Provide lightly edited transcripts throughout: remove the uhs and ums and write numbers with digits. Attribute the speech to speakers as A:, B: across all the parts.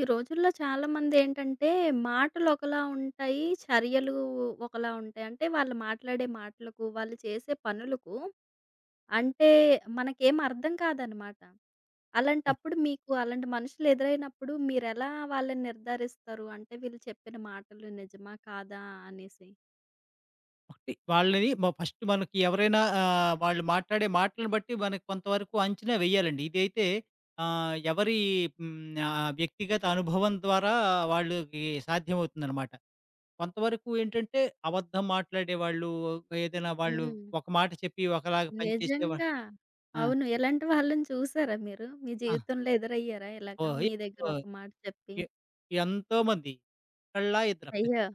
A: ఈ రోజుల్లో చాలామందేంటంటే, మాటలొకలా ఉంటాయి. చర్యలు ఒకలా ఉంటాయి. అంటే వాళ్ళు మాట్లాడే మాటలకు, వాళ్ళు చేసే పనులకు అంటే మనకేం అర్థం కాదనమాట.
B: అవును.
A: అలాంటప్పుడు మీకు అలాంటి మనుషులు ఎదురైనప్పుడు మీరెలా వాళ్ళని నిర్ధారిస్తారు? అంటే వీళ్ళు చెప్పిన మాటలు నిజమా? కాదా? అనేసి.
B: ఒకటి వాళ్ళని ఫస్ట్ మనకి ఎవరైనా వాళ్ళు మాట్లాడే మాటలను బట్టి మనకు కొంతవరకు అంచనా వేయాలండి. ఇదైతే ఆహ్, ఎవరి హ్మ్, ఆహ్, వ్యక్తిగత అనుభవం ద్వారా వాళ్ళకి సాధ్యమవుతుందనమాట. కొంతవరకు ఏంటంటే అబద్ధం మాట్లాడేవాళ్ళు, ఏదైనా వాళ్ళు
A: హ్మ్.
B: ఒక మాట చెప్పి ఒకలాగా పనిచేసేవా
A: నిజంగా.
B: ఆ!
A: అవును. ఇలాంటి వాళ్ళని చూసారా మీరు? మీ
B: ఆ!
A: జీవితంలో ఎదురయ్యారా ఇలాగా?
B: ఓహ్!
A: మీ దగ్గర
B: ఓ
A: ఒక మాట చెప్పి.
B: ఎ ఎంతోమంది. ఒకళ్ళా ఇద్దరా
A: అయ్యో!
B: ప్రతి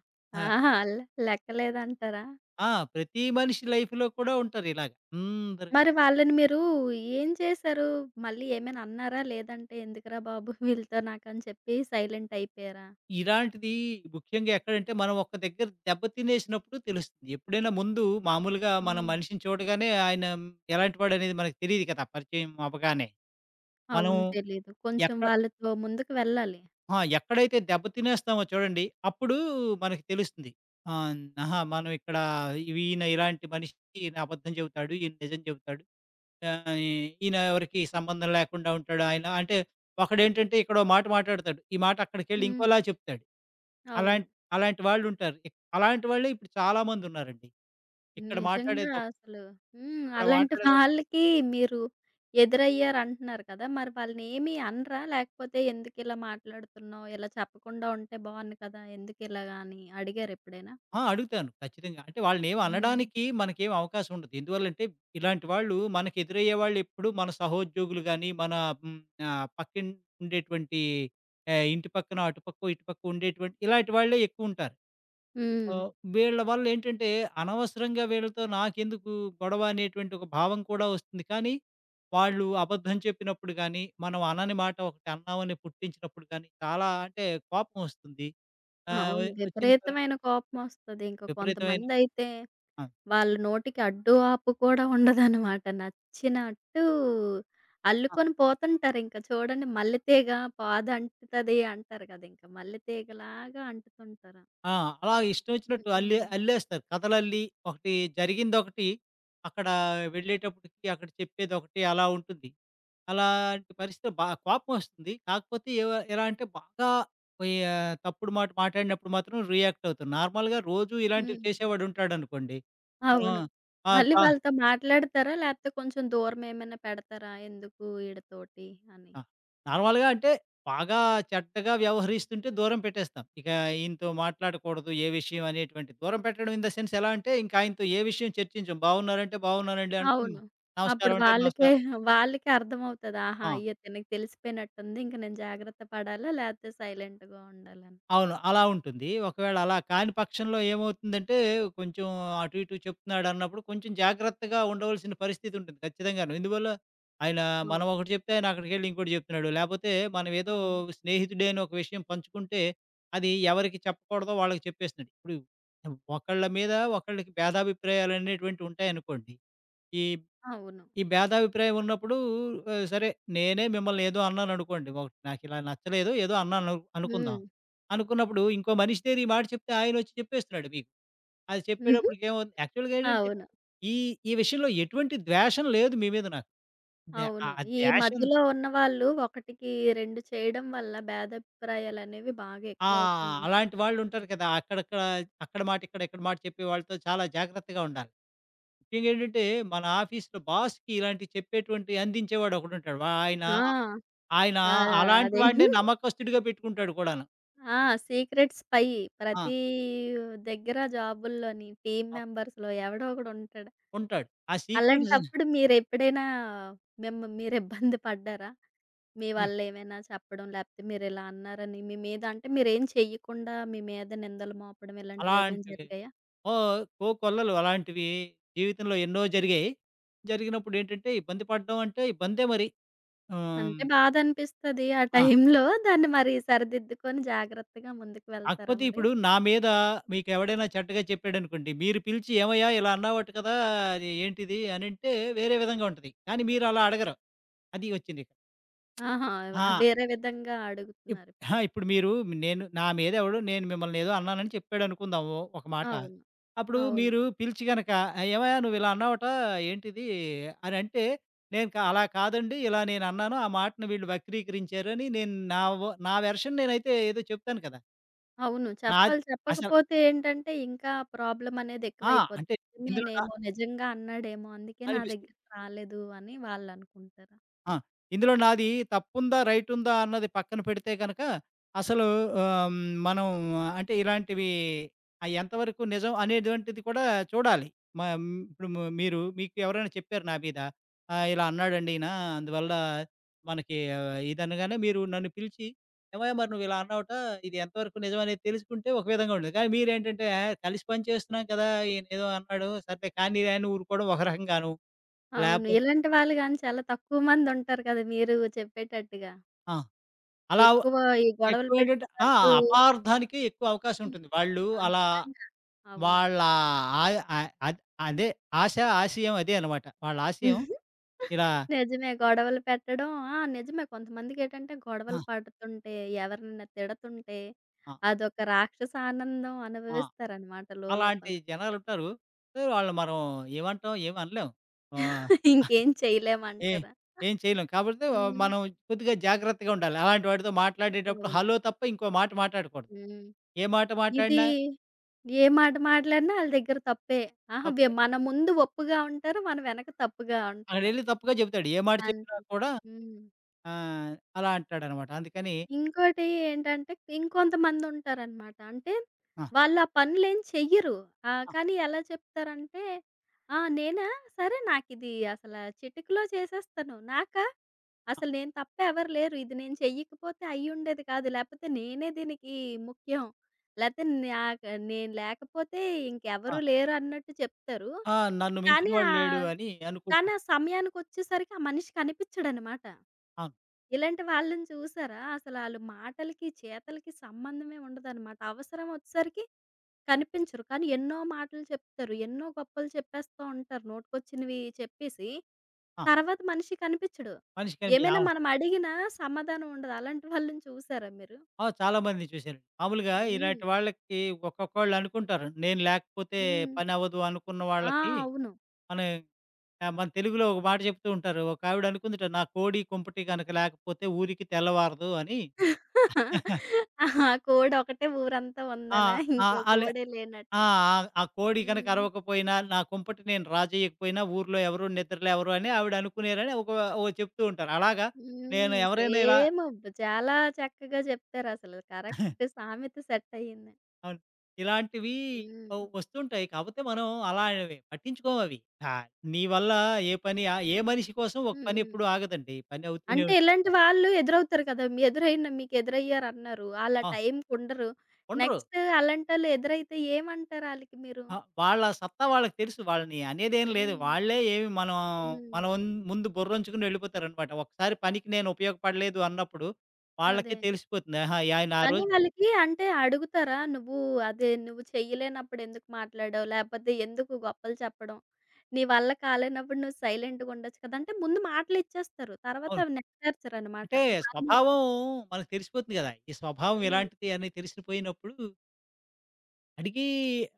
B: ఆ!
A: ఆహా! లెక్కలేదంటారా?
B: ఆ! ప్రతి మనిషి లైఫ్‌లో కూడా ఉంటారిలాగ. అందరు
A: మరి వాళ్ళని మీరు ఏం చేశారు? మళ్ళీ ఏమైనా అన్నారా? లేదంటే ఎందుకురా బాబు వీళ్ళతో నాకని చెప్పి సైలెంట్ అయిపోయారా?
B: ఇలాంటిది ముఖ్యంగా ఎక్కడంటే మనం ఒక్క దగ్గర దెబ్బ తినేసినప్పుడు తెలుస్తుంది. ఎప్పుడైనా ముందు మామూలుగా మనం
A: హ్మ్.
B: మనిషిని చూడగానే ఆయన ఎలాంటి వాడనేది మనకు తెలీదు కదా! పరిచయం అవ్వగానే. మనం
A: అవును. తెలీదు. కొంచెం
B: ఎక్క
A: వాళ్ళతో ముందుకు వెళ్ళాలి.
B: ఆ! ఎక్కడైతే దెబ్బ తినేస్తామో చూడండి అప్పుడు మనకు తెలుస్తుంది. ఆహ్, ఆహా! మనం ఇక్కడ ఈయన ఇలాంటి మనిషి, ఈయన అబద్ధం చెబుతాడు, ఈయన నిజం చెబుతాడు. ఆహ్, ఈయన ఎవరికీ సంబంధం లేకుండా ఉంటాడు ఆయన. అంటే ఒకడేంటంటే ఇక్కడో మాట మాట్లాడతాడు. ఈ మాట అక్కడికెళ్ళి
A: హ్మ్.
B: ఇంకోలా చెప్తాడు.
A: అవును.
B: అలాంట్ అలాంటి వాళ్ళుంటారు. అలాంటి వాళ్ళే ఇప్పుడు చాలామందున్నారండి. ఇక్కడ
A: నిజంగా
B: మాట్లాడేదో
A: అసలు హ్మ్.
B: ఇక్కడ
A: అలాంటి
B: మాట్లాడేదో
A: వాళ్ళకి మీరు ఎదురయ్యారంటున్నారు కదా! మరి వాళ్ళనేమి అనరా? లేకపోతే ఎందుకిలా మాట్లాడుతున్నావు? ఇలా చెప్పకుండా ఉంటే బావుండు కదా! ఎందుకిలాగా అని అడిగారా ఎప్పుడైనా?
B: ఆ! అడుగుతాను ఖచ్చితంగా. అంటే వాళ్ళనేం
A: హ్మ్.
B: అనడానికి మనకేం అవకాశం ఉండదు. ఎందువల్లంటే ఇలాంటి వాళ్ళు మనకెదురయ్యే వాళ్ళెప్పుడు మన సహోద్యోగులు గాని, మన హ్మ్, పక్కన ఉండేటువంటి ఇంటి పక్కనో, అటుపక్కో, ఇటుపక్కో ఉండేటువంటి ఇలాంటి వాళ్ళే ఎక్కువుంటారు.
A: హ్మ్.
B: సో, వీళ్ళ వల్లేంటంటే, అనవసరంగా వీళ్ళతో నాకెందుకు గొడవ అనేటువంటి ఒక భావం కూడా వస్తుంది. కానీ, వాళ్ళు అబద్ధం చెప్పినప్పుడు గానీ, మనం అనని మాట ఒకటి అన్నామని పుట్టించినప్పుడు గానీ, చాలా అంటే కోపం వస్తుంది. ఆహ్, వ
A: అవును.
B: వచ్చిన తర
A: విపరీతమైన కోపమొస్తది. ఇంక
B: విపరీతమైన
A: కొంతమందయితే
B: ఆ!
A: వాళ్ళ నోటికి అడ్డు, ఆపు కూడా ఉండదనమాట. నచ్చినట్టు
B: ఆ!
A: అల్లుకొని పోతుంటారింక. చూడండి మల్లెతీగ పాదంటుతది అంటారు గదా! ఇంక మల్లెతీగలాగా అంటుతుంటారు.
B: ఆ! అలా ఇష్టం వచ్చినట్టు
A: హ్మ్.
B: అల్లేస్తారు. కథలల్లి ఒకటి జరిగిందొకటి, అక్కడ వెళ్ళేటప్పటికి అక్కడ చెప్పేదొకటి అలా ఉంటుంది. అలాంటి పరిస్థితి బా కోపమొస్తుంది. కాకపోతే ఎలా అంటే బాగా పోయి తప్పుడు మాట మాట్లాడినప్పుడు మాత్రం రియాక్ట్ అవుతాను. నార్మల్‌గా రోజు ఇలాంటివి
A: హ్మ్.
B: చేసేవాడుంటాడనుకోండి. మనం
A: అవును.
B: ఆ!
A: మళ్ళీ
B: గా
A: వాళ్ళతో మాట్లాడతారా? లేపోతే కొంచెం దూరమేమైనా పెడతారా? ఎందుకు ఈడతోటి అని?
B: ఆ! నార్మల్‌గా అంటే బాగా చెడ్డగా వ్యవహరిస్తుంటే దూరం పెట్టేస్తాం. ఇక ఈయనతో మాట్లాడకూడదు. ఏ విషయం అనేటువంటి దూరం పెట్టడం ఇన్ ద సెన్స్ ఎలా అంటే, ఇంక ఆయనతో ఏ విషయం చర్చించం. బాగున్నారంటే బాగున్నానండి అంటాం.
A: అవును. అప్పుడు
B: నమస్కారం అంటే
A: వాళ్ళకే
B: నమస్కారం.
A: వాళ్ళకే అర్థమవుతది. ఆహా!
B: ఆ!
A: ఇతనికి తెలిసిపోయినట్టుంది. ఇంక నేను జాగ్రత్త పడాలా? లేతే సైలెంట్‌గా ఉండాలని.
B: అవును. అలా ఉంటుంది. ఒకవేళ అలా కాని పక్షంలో ఏమవుతుందంటే, కొంచెం అటు ఇటు చెప్తున్నాడన్నప్పుడు కొంచెం జాగ్రత్తగా ఉండవలసిన పరిస్థితి ఉంటుంది ఖచ్చితంగాను. ఎందువల్ల, ఆయన మనం
A: అవును.
B: ఒకటి చెప్తే ఆయన అక్కడికెళ్ళి ఇంకోటి చెప్తున్నాడు. లేపోతే మనం ఏదో
A: అవును.
B: స్నేహితుడే అని ఒక విషయం పంచుకుంటే, అది ఎవరికి చెప్పకూడదో వాళ్ళకి చెప్పేస్తున్నాడు. ఇప్పుడు ఒకళ్ళ మీద ఒకళ్ళకి భేదాభిప్రాయాలనేటువంటివి ఉంటాయనుకోండి. ఈ
A: అవును.
B: ఈ భేదాభిప్రాయం ఉన్నప్పుడు సరే నేనే మిమ్మల్ని ఏదో అన్నాననుకోండి. ఒకటి నాకిలా నచ్చలేదు ఏదో అన్నాను
A: హ్మ్.
B: అనుకుందాం. అనుకున్నప్పుడు ఇంకో మనిషి దగ్గర ఈ మాట చెప్తే ఆయనొచ్చి చెప్పేస్తున్నాడు మీకు. అది
A: హుహు.
B: చెప్పేటప్పటికి ఏమవుతుంది యాక్చువల్‌గా ఏంటంటే
A: అవును.
B: ఈ ఈ విషయంలో ఎటువంటి ద్వేషం లేదు మీ మీద నాకు. దే ఆ
A: అవును. ఈ
B: ద్వేషం
A: మధ్యలో ఉన్నవాళ్ళు ఒకటికి రెండు చేయడం వల్ల భేదాభిప్రాయాలనేవి బాగా
B: ఆ!
A: ఎక్కువవుతూ ఉంటాయి.
B: అలాంటి వాళ్ళుంటారు కదా! అక్కడక్కడ అక్కడ మాట ఇక్కడ, ఇక్కడ మాట చెప్పే వాళ్ళతో చాలా జాగ్రత్తగా ఉండాలి. ముఖ్యంగా ఏంటంటే మన ఆఫీస్‌లో బాస్‌కి ఇలాంటివి చెప్పేటువంటి అందించేవాడొకడుంటాడు. ఆయన
A: ఆ!
B: ఆయన
A: ఆహ్,
B: అలాంటి
A: అదే.
B: వాడినే నమ్మకస్తుడిగా పెట్టుకుంటాడు కూడాను.
A: ఆ! సీక్రెట్ స్పై
B: ఆ!
A: ప్రతి దగ్గర జాబుల్లోని టీమ్
B: ఆ!
A: మెంబర్స్‌లో ఎవడో ఒకడు ఉంటాడు.
B: ఉంటాడు. ఆ సీక్రెట్స్
A: అలాంటప్పుడు మీరెప్పుడైనా మీరిబ్బంది పడ్డారా? మీ
B: అయ్!
A: వల్లేమైనా చెప్పడం, లేపోతే మీరిలా అన్నారని మీ మీద అంటే మీరేం చెయ్యకుండా మీ మీద నిందలు మోపడం ఇలాంటివేమైనా
B: అలాంటివి
A: జరిగాయా?
B: ఓ కోకొల్లలు అలాంటివి జీవితంలో ఎన్నో జరిగాయి. జరిగినప్పుడేంటంటే, ఇబ్బంది పడడం అంటే ఇబ్బందే మరి. ఆహ్,
A: అంటే బాధనిపిస్తది ఆ
B: ఆ!
A: టైంలో. దాన్ని మరి సరిదిద్దుకొని జాగ్రత్తగా ముందుకు వెళ్తారా
B: కాకపోతే
A: మరి?
B: ఇప్పుడు నా మీద మీకెవడైనా చెడ్డగా చెప్పాడనుకోండి, మీరు పిలిచి "ఏమయ్యా! ఇలా అన్నావట కదా! అది ఏంటిది?" అనంటే వేరే విధంగా ఉంటది. కానీ మీరలా అడగరు. అది వచ్చిందిక్కడ.
A: ఆహా! ఆ
B: ఆ!
A: వేరే విధంగా అడుగుతున్నారిప్పుడు.
B: అహా! ఇప్పుడు మీరు నేను నా మీద ఎవడో నేను మిమ్మల్ని ఏదో అన్నానని చెప్పాడు అనుకుందాము ఒక మాట.
A: అవును.
B: అప్పుడు
A: అవును.
B: మీరు పిలిచి గనక "ఆహ్, ఏమయ్యా నువ్వు ఇలా అన్నావట ఏంటిది?" అని అంటే, నేను క "అలా కాదండి. ఇలా నేను అన్నాను. ఆ మాటను వీళ్ళు వక్రీకరించారు" అని నేను నా వెర్షన్ నేనైతే ఏదో చెప్తాను కదా!
A: అవును.
B: నాది
A: చెప్పాలి.
B: అసలు
A: చెప్పకపోతే ఏంటంటే ఇంకా ప్రాబ్లమ్ అనేది
B: ఆ!
A: ఎక్కువైపోద్ది.
B: అంటే ఇందులో నా
A: నిజమేనేమో, నిజంగా అన్నాడేమో అందుకే నా
B: అనిపిస్తుంది.
A: దగ్గరికి రాలేదు అని వాళ్ళనుకుంటారు.
B: ఆ! ఇందులో నాది తప్పుందా? రైటుందా? అన్నది పక్కన పెడితే గనక అసలు ఆహ్, హ్మ్, మనం అంటే ఇలాంటివి ఎంతవరకు నిజం అనేటువంటిది కూడా చూడాలి. మ ఇప్పుడు మీరు మీకు ఎవరైనా చెప్పారు నా మీద. ఇలా అన్నాడండి ఈయన అందువల్ల మనకి ఇదనగానే మీరు నన్ను పిలిచి, "ఏమయ్య! మరి నువ్వు ఇలా అన్నావుట. ఇది ఎంతవరకు నిజం అనేది తెలుసుకుంటే ఒక విధంగా ఉండేది." కానీ మీరేంటంటే కలిసి పని చేస్తున్నాం కదా! ఈయనేదో అన్నాడు. సర్లే కానీలే అని ఊరుకోవడం ఒక రకంగాను.
A: అవును.
B: లేకపోతే
A: ఇలాంటి వాళ్ళు గాని చాలా తక్కువ మంది ఉంటారు కదా! మీరు చెప్పేటట్టుగా.
B: ఆ! అలా
A: ఎక్కువ ఈ గొడవలు
B: ఎక్కువ ఏంటంటే ఆ!
A: పెట్టేవాళ్ళు
B: అపార్థానికే ఎక్కువ అవకాశం
A: హ్మ్.
B: ఉంటుంది. వాళ్ళు
A: ఆ!
B: అలా
A: నిజంగా. అవును.
B: వాళ్ళ ఆయ ఆహ్, అద్ అదే ఆశ, ఆశయం అదే అనమాట. వాళ్ళ ఆశయం ఇలా
A: నిజమే. గొడవలు పెట్టడం ఆ! నిజమే. కొంతమందికేటంటే గొడవలు
B: ఆ!
A: పడుతుంటే, ఎవరినైనా తిడుతుంటే
B: ఆ!
A: అదొక రాక్షస ఆనందం
B: ఆ!
A: అనుభవిస్తారనమాట లోలోపల.
B: అలాంటి జనాలుంటారు. సో, వాళ్ళని మనం ఏమంటాం? ఏమి అనలేం. ఆహ్,
A: ఇంకేం
B: ఏ
A: చేయలేమంటారా?
B: ఏం చేయలేం. కాకపోతే
A: హ్మ్.
B: మనం కొద్దిగా జాగ్రత్తగా ఉండాలి. అలాంటి వాటితో మాట్లాడేటప్పుడు
A: అవును.
B: హలో తప్ప ఇంకో మాట మాట్లాడకూడదు.
A: హ్మ్.
B: ఏ మాట
A: ఇది
B: మాట్లాడినా
A: ఏ మాట మాట్లాడినా ఆళ్ళ దగ్గర తప్పే. ఆహా!
B: తప్పే.
A: మన ముందు ఒప్పుగా ఉంటారు. మన వెనక తప్పుగా ఉంటారు.
B: అక్కడెళ్లి తప్పుగా చెప్తాడు. ఏ మాట చెప్పినా
A: అంతే.
B: కూడా
A: హ్మ్.
B: ఆహ్, అలా అంటాడనమాట. అందుకని
A: ఇంకోటి ఏంటంటే, ఇంకొంతమందుంటారనమాట. అంటే,
B: ఆ!
A: వాళ్ళు ఆ పనులేం చెయ్యరు.
B: ఆ!
A: కానీ ఎలా చెప్తారంటే, "ఆ! నేనా? సరే నాకిది అసల చిటికలో చేసేస్తాను." నాకా?
B: ఆ! ఆ!
A: అసలు నేను తప్ప ఎవరు లేరు. ఇది నేను చెయ్యకపోతే అయ్యుండేది కాదు. లేపోతే నేనే దీనికి ముఖ్యం. లేతే నేను లేకపోతే ఇంకెవరూ లేరు అన్నట్టు చెప్తారు.
B: ఆ! నన్ను
A: కానీ
B: మించినవాడు లేడు
A: ఆహ్,
B: అని
A: కానీ
B: అనుకుంటాను.
A: ఆ సమయానికొచ్చేసరికి ఆ మనిషి కనిపిచ్చడనమాట.
B: అవును.
A: ఇలాంటి వాళ్ళని చూసారా? అసలాళ్ళు మాటలకి, చేతలకి సంబంధమే ఉండదనమాట. అవసరం వచ్చేసరికి కనిపించరు. కానీ ఎన్నో మాటలు చెప్తారు. ఎన్నో గొప్పలు చెప్పేస్తూ ఉంటారు. నోటికొచ్చినవి చెప్పేసి,
B: ఆ!
A: తర్వాత మనిషి కనిపిచ్చడు.
B: మనిషికని
A: ఏమైనా
B: యావ
A: మనం అడిగినా సమాధానం ఉండదు. అలాంటి వాళ్ళని చూసారా మీరు?
B: ఆ! చాలా మందిని చూశానండి. మామూలుగా
A: హ్మ్.
B: ఇలాంటి వాళ్ళకి ఒక్కొక్కళ్ళు అనుకుంటారు. నేను లేకపోతే
A: హ్మ్.
B: పనవ్వదు అనుకున్న
A: ఆ!
B: వాళ్ళకి
A: అవును.
B: మనం మన తెలుగులో ఒక మాట చెప్తూ ఉంటారు. ఒకావిడ అనుకుందట "నా కోడి కుంపటి గనక లేకపోతే ఊరికి తెల్లవారదు" అని.
A: ఆ! కోడి ఒకటే ఊరంతా
B: ఆ!
A: ఉందనా?
B: ఆ!
A: ఇంకో
B: ఆలే
A: కోడే లేనట్ట.
B: ఆ! ఆ! ఆ కోడి గనక
A: హ్మ్.
B: అరవకపోయినా, నా కుంపటి నేను రాజేయకపోయినా ఊర్లో ఎవరు నిద్రలేవరు అని ఆవిడ అనుకునేరని ఒక ఓ చెప్తూ ఉంటారు. అలాగా నేను
A: హ్మ్.
B: ఎవరైనా ఇలా
A: సేమ్ చాలా చక్కగా చెప్పారసలు. కరెక్ట్ సామెత సెట్ అయింది.
B: అవును. ఇలాంటివి ఓ
A: హ్మ్.
B: వస్తుంటాయి. కాపోతే మనం అలావి పట్టించుకోమవి. ఆ! నీ వల్ల ఏ పని ఏ మనిషి కోసం ఒక పని ఎప్పుడు
A: హ్మ్.
B: ఆగదండి. పని అవుతూనే
A: అంటే ఇలాంటి వాళ్ళు ఎదురవుతారు కదా! మీ ఎదురైన మీకు ఎదురయ్యారన్నారు. ఆళ్ళ
B: ఆ!
A: టైంకుండరు.
B: ఉండరు.
A: నెక్స్ట్ అలాంటోళ్ళు ఎదురైతే ఏమంటారు ఆళ్ళకి మీరు?
B: ఆ! వాళ్ళ సత్తా వాళ్ళకి తెలుసు. వాళ్ళని అనేదేం లేదు.
A: హ్మ్.
B: వాళ్ళే ఏమి మనం
A: హ్మ్.
B: మనం ముందు బుర్రంచుకుని వెళ్ళిపోతారనమాట. ఒకసారి పనికి నేను ఉపయోగపడలేదు అన్నప్పుడు
A: అదే.
B: వాళ్ళకే తెలిసిపోతుంది. ఆహా! ఈ ఆయన ఆ
A: కానీ
B: రోజు
A: వాళ్ళకి అంటే అడుగుతారా? నువ్వు అదే నువ్వు చేయలేనప్పుడు ఎందుకు మాట్లాడావు? లేపోతే ఎందుకు గొప్పలు చెప్పడం? నీ వల్ల కాలేనప్పుడు నువ్వు సైలెంట్‌గా ఉండొచ్చు కదా! అంటే ముందు మాటలిచ్చేస్తారు. తర్వాత
B: అవును.
A: అవి నెరవేర్చరనమాట.
B: అంటే స్వభావం
A: మాయమైపోతుంది.
B: మనకు తెలిసిపోతుంది కదా! ఈ స్వభావం
A: హ్మ్.
B: ఇలాంటిది అని తెలిసిపోయినప్పుడు అడిగి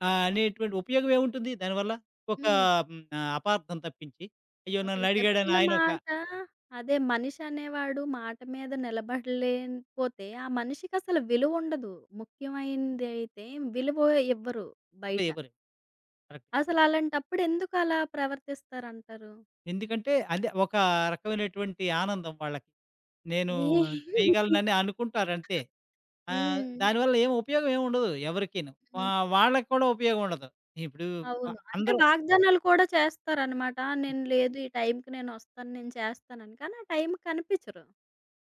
B: అనేటువంటి ఉపయోగం ఏముంటుంది దానివల్ల? ఒక
A: హ్మ్.
B: అపార్థం తప్పించి. అయ్యో!
A: అసలు
B: నన్ను అడిగాడని
A: చెప్పిన
B: ఆయనొక
A: మాట అదే మనిషి అనేవాడు మాట మీద నిలబడలేకపోతే, ఆ మనిషికసలు విలువుండదు. ముఖ్యమైనదైతే విలువ ఇవ్వరు బయట.
B: ఇవ్వరు. కరెక్ట్.
A: అసలలాంటప్పుడు ఎందుకలా ప్రవర్తిస్తారంటారు?
B: ఎందుకంటే అదే ఒక రకమైనటువంటి ఆనందం వాళ్ళకి. నేను
A: ఏ
B: చేయగలనని అనుకుంటారంతే.
A: హ్మ్.
B: దానివల్ల ఏం ఉపయోగం ఏమి ఉండదు ఎవరికీను.
A: హ్మ్.
B: వాళ్ళకి కూడా ఉపయోగం ఉండదు. ఇప్పుడు అ
A: అవును. అంటే
B: అందరూ
A: వాగ్దానాలు కూడా చేస్తారనమాట. నేను లేదు ఈ టైంకి నేనొస్తాను, నేను చేస్తానని. కానీ ఆ టైంకి కనిపిచ్చరు.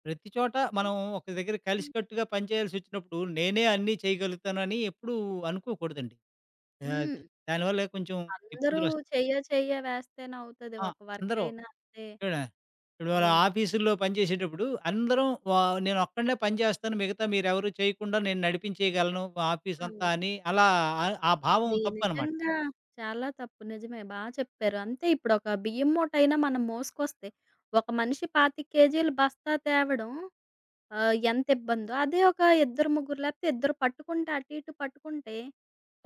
B: ప్రతి చోట మనం ఒక దగ్గర
A: హ్మ్.
B: కలిసికట్టుగా పనిచేయాల్సొచ్చినప్పుడు నేనే అన్నీ చేయగలుగుతానని ఎప్పుడూ అనుకోకూడదండి. ఆహ్,
A: హ్మ్.
B: దానివల్ల కొంచెం
A: అందరూ
B: ఇబ్బందులొస్తాయి.
A: చెయ్య చెయ్య వేస్తేనే అవుతది.
B: ఆ!
A: ఒక వర్క్
B: అందరూ
A: అయినా అంతే.
B: ఇక్కడ ఇప్పుడు మన
A: అవును.
B: ఆఫీసుల్లో పనిచేసేటప్పుడు అందరం నేనొక్కడినే పని చేస్తాను. మిగతా మీరెవరు చేయకుండా నేను నడిపించేయగలను ఆఫీసంతా
A: అవును.
B: అని అలా ఆ ఆ భావం
A: అది
B: తప్పనమాట.
A: నిజంగా చాలా తప్పు. నిజమే బా చెప్పారు. అంతే ఇప్పుడొక బియ్యం మూటైనా మనం మోసుకొస్తే, ఒక మనిషి 25 కేజీల బస్తా తేవడం ఎంత ఇబ్బందో. అదే ఒక ఇద్దరు, ముగ్గురు లేపోతే ఇద్దరు పట్టుకుంటే అటు ఇటు పట్టుకుంటే,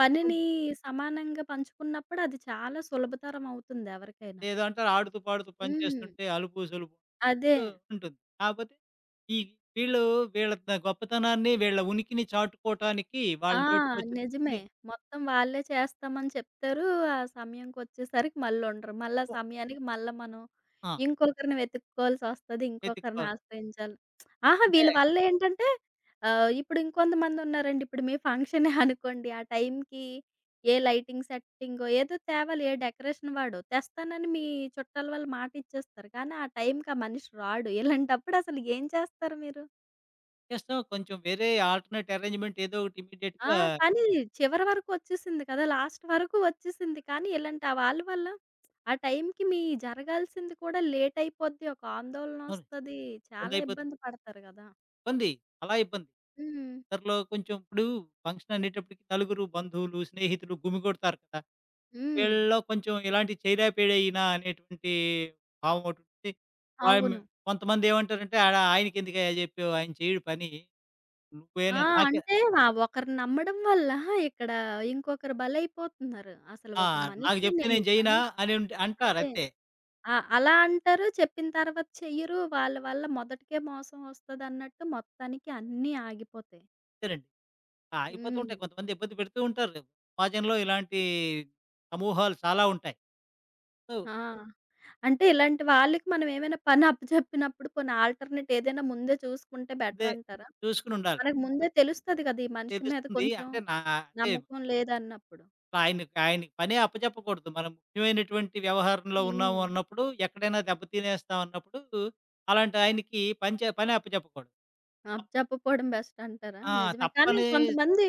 A: పనిని
B: కొంచెం
A: సమానంగా పంచుకున్నప్పుడు అది చాలా సులభతరం అవుతుంది ఎవరికైనా.
B: ఏదో అంటారు ఆడుతూ పాడుతూ పని
A: హ్మ్.
B: చేస్తుంటే అలుపు సొలుపు
A: అదే.
B: ఉంటుంది. కాపోతే ఈ వీళ్ళు వీళ్ళ గొప్పతనాన్ని, వీళ్ళ ఉనికిని చాటుకోవటానికి
A: ఆ!
B: వాళ్ళ
A: నిజమే.
B: నోటికొచ్చినవన్నీ
A: మొత్తం వాళ్ళే చేస్తామని చెప్తారు. ఆ సమయంకొచ్చేసరికి మళ్ళుండరు. మళ్ళా
B: ఒ
A: సమయానికి మళ్ళా మనం
B: ఆ!
A: ఇంకొకరిని వెతుక్కోవాల్సొస్తది. ఇంకొకరిని
B: వెతుక్కోవాలి.
A: ఆశ్రయించాలి. ఆహా!
B: అంటే
A: వీళ్ళ వల్లేంటంటే ఇప్పుడు ఇంకొంతమందున్నారండి. ఇప్పుడు మీ ఫంక్షనే అనుకోండి. ఆ టైంకి ఏ లైటింగ్ సెట్టింగో ఏదో తేవాలి. ఏ డెకరేషన్ వాడో తెస్తానని మీ చుట్టాల వాళ్ళు మాటిచ్చేస్తారు. కానీ ఆ టైంకి ఆ మనిషి రాడు. ఇలాంటప్పుడు అసలు ఏం చేస్తారు మీరు?
B: చేస్తాం కొంచెం వేరే ఆల్టర్‌నేట్ అరేంజ్‌మెంట్ ఏదో ఒకటి
A: ఆ!
B: ఇమ్మీడియేట్‌గా
A: కానీ చివరి వరకు వచ్చేసింది కదా! లాస్ట్ వరకు వచ్చేసింది. కానీ ఇలాంటి ఆ వాళ్ళ వల్ల ఆ టైంకి మీ జరగాల్సింది కూడా లేట్ అయిపోద్ది. ఒక ఆందోళన
B: అవును.
A: వస్తది. చాలా
B: ముందైపోతుంది.
A: ఇబ్బంది పడతారు గదా!
B: ఇబ్బంది. చాలా ఇబ్బంది.
A: హ్మ్.
B: ఇద్దరిలో కొంచెం ఇప్పుడు ఫంక్షన్ అనేటప్పటికి నలుగురు బంధువులు, స్నేహితులు గుమిగూడతారు కదా!
A: హ్మ్.
B: వీళ్ళలో కొంచెం ఇలాంటివి చేయలేకపోయినా అనేటువంటి భావం ఒకటుంది. వాడిని
A: అవును.
B: కొంతమంది ఏమంటారంటే ఆడ ఆయనకెందుకయ్యా జెప్పావు? ఆయన చేయడు పని.
A: ఆ!
B: నువ్వేనా నాకే
A: అంటే ఆ ఒకరిని నమ్మడం వల్ల ఇక్కడ ఇంకొకరు బలైపోతున్నారు. అసలు
B: ఆ!
A: ఒక
B: నాకు
A: మనిషి
B: జెప్తే
A: నేను
B: నేను
A: ఈ
B: జెయ్యనా?
A: పని
B: అని అంటారు
A: అదే.
B: అంతే.
A: ఆ! అలా అంటారు. చెప్పిన తర్వాత చెయ్యరు. వాళ్ళ వల్ల మొదటికే మోసం వస్తదన్నట్టు మొత్తానికి అన్నీ ఆగిపోతాయి.
B: అంతేనండి. ఆ! అయిపోతూ
A: హ్మ్.
B: ఉంటాయి. కొంతమంది ఇబ్బంది పెడుతూ ఉంటారు. సమాజంలో ఇలాంటి సమూహాలు చాలా ఉంటాయి. సో,
A: ఆ! అంటే ఇలాంటి వాళ్ళకి మనం ఏమైనా పని అప్పజెప్పినప్పుడు కొన్ని ఆల్టర్‌నేట్ ఏదైనా ముందే చూసుకుంటే
B: అదే
A: బెటర్ అంటారా?
B: చూసుకొనుండాలి.
A: మనకు ముందే తెలుస్తది కదా! ఈ మనిషి మీద
B: తెలుస్తుంది.
A: కొంచెం
B: అంటే నా అంటే
A: నమ్మకం లేదన్నప్పుడు.
B: ఆయనకి ఆయనకి పనే అప్పచెప్పకూడదు. మనం ముఖ్యమైనటువంటి వ్యవహారంలో
A: హ్మ్.
B: ఉన్నాము అన్నప్పుడు, ఎక్కడైనా దెబ్బతినేస్తాం అన్నప్పుడు, అలాంటి ఆయనకి పని అప్పచెప్పకూడదు. తప్
A: అప్పజెప్పపోవడం బెస్ట్ అంటారా?
B: ఆ!
A: నిజమే. కానీ
B: తప్పని
A: కొంతమంది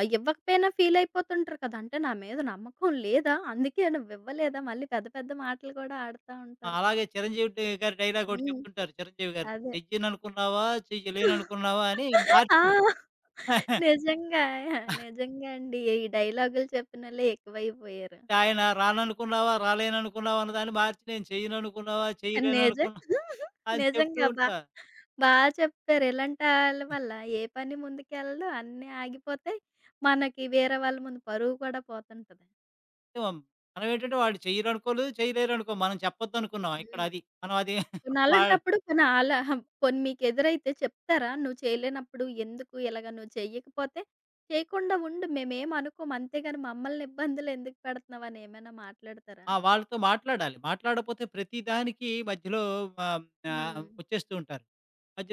A: ఇవ్వకపోయినా ఫీల్ అయిపోతుంటారు కదా! అంటే నా మీద నమ్మకం లేదా? అందుకే నువ్వు ఇవ్వలేదా? మళ్ళీ పెద్ద పెద్ద మాటలు కూడా ఆడుతా
B: ఆ,
A: ఉంటారు కదా!
B: అలాగే చిరంజీవి గారి డైలాగ్ ఒకటి
A: హ్మ్.
B: చెప్తుంటారు చిరంజీవి గారు.
A: అదే.
B: "చెయ్యననుకున్నావా, చెయ్యలేననుకున్నావా" అని
A: ఆ!
B: మార్చి
A: నిజంగా. నిజంగా అండి. ఈ డైలాగులు చెప్పినోళ్ళే ఎక్కువైపోయారు.
B: ఆయన రాననుకున్నావా, రాలేననుకున్నావా అన్నదాన్ని మార్చి, "నేను చెయ్యననుకున్నావా,
A: నిజం.
B: చేయలేననుకున్నా" అని చెప్తూ
A: నిజంగా బా
B: ఉంటా.
A: బా చెప్పారు. ఇలాంటాళ్ళ వల్ల ఏ పని ముందుకెళ్ళదు. అన్నీ ఆగిపోతాయి. మనకి వేరే వాళ్ళ ముందు పరువు కూడా పోతుంటది.
B: మనం ఏంటంటే, వాళ్ళు చెయ్యరనుకోలేదు, చేయలేరనుకో. మనం చెప్పొద్దనుకున్నాం. ఇక్కడ
A: హ్మ్.
B: అది. మనం అది
A: పోనీ
B: వా
A: అలాంటప్పుడు పోనీ ఆళ్ళ పోనీ మీకెదురైతే చెప్తారా? నువ్వు చేయలేనప్పుడు ఎందుకు ఇలాగ నువ్వు చెయ్యకపోతే చేయకుండా ఉండు. మేమేమనుకోము. అంతేగాని మమ్మల్ని ఇబ్బందులు ఎందుకు పెడుతున్నావు అని ఏమైనా మాట్లాడతారా?
B: ఆ! వాళ్ళతో మాట్లాడాలి. మాట్లాడపోతే ప్రతిదానికి మధ్యలో ఆహ్, ఆహ్,
A: హ్మ్.
B: వచ్చేస్తూ ఉంటారు.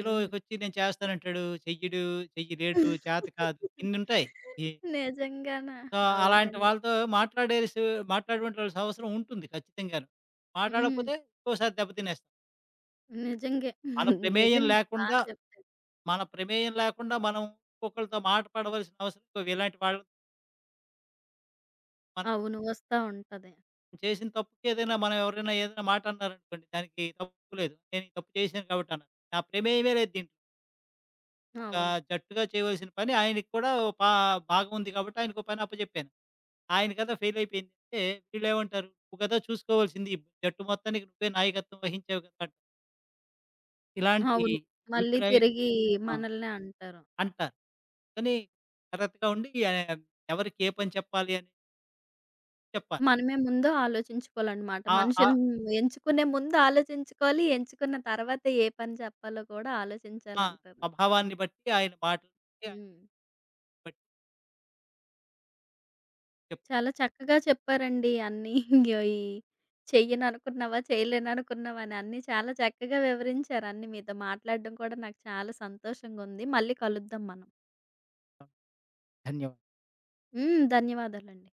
A: హ్మ్.
B: నేను చేస్తానంటాడు. చెయ్యడు, చెయ్యలేడు, చేత కాదు ఇన్నుంటాయి. ఈ
A: నిజంగానా?
B: సో, అలాంటి
A: అవునండి.
B: వాళ్ళతో మాట్లాడేసి మాట్లాడవలసిన అవసరం ఉంటుంది ఖచ్చితంగాను.
A: హ్మ్.
B: మాట్లాడకపోతే ఇంకోసారి దెబ్బ తినేస్తాం.
A: నిజంగే.
B: మన ప్రమేయం
A: నిజంగా. బా
B: లేకుండా,
A: చెప్పారు.
B: మన ప్రమేయం లేకుండా మనం ఇంకొకళ్ళతో మాట పడవలసిన అవసరం ఇంకో ఇలాంటి వాళ్ళతో మనం
A: అవును. వస్తా ఉంటది.
B: చేసిన తప్పుకి ఏదైనా మనం ఎవరైనా ఏదైనా మాట అన్నారనుకోండి, దానికి తప్పు లేదు. నేను ఈ తప్పు చేశాను కాబట్టి అన్నాను. నా ప్రమేయమే లేదు దీంట్లో. ఒక
A: అవును.
B: జట్టుగా చేయవలసిన పని ఆయనకి కూడా ఓ పా భాగం ఉంది కాబట్టి ఆయనకో పని అప్పజెప్పాను. ఆయన కదా ఫెయిల్ అయిపోయిందంటే వీళ్ళేమంటారు? "నువ్వు కదా చూసుకోవాల్సింది. ఈ జట్టు మొత్తానికి నువ్వే నాయకత్వం వహించావు కదా!" అంటారు. ఇలాంటి
A: అవును. మళ్ళీ
B: అభిప్రాయం
A: తిరిగి
B: ఆ!
A: మనల్నే అంటారు.
B: అంటారు. కానీ జాగ్రత్తగా ఉండి ఎవరికి ఏ పని చెప్పాలి అని చెప్పాలి.
A: మనమే ముందు ఆలోచించుకోవాలన్నమాట.
B: ఆ! ఆ!
A: మనిషిని ఎంచుకునే ముందు ఆలోచించుకోవాలి. ఎంచుకున్న తర్వాత ఏ పని చెప్పాలో కూడా
B: ఆ!
A: ఆలోచించాలంటారు.
B: స్వభావాన్ని బట్టి ఆయన మాటలు బట్టి ఆయన
A: హ్మ్.
B: బట్టి
A: చాలా చక్కగా చెప్పారండి అన్నీ. ఈ చెయ్యననుకున్నవా, చేయలేననుకున్నవా అని అన్నీ చాలా చక్కగా వివరించారు అన్నీ. మీతో మాట్లాడడం కూడా నాకు చాలా సంతోషంగుంది. మళ్ళీ కలుద్దాం మనం.
B: చెప్తాం. ధన్యవాదాలు.
A: హ్మ్. ధన్యవాదాలండి.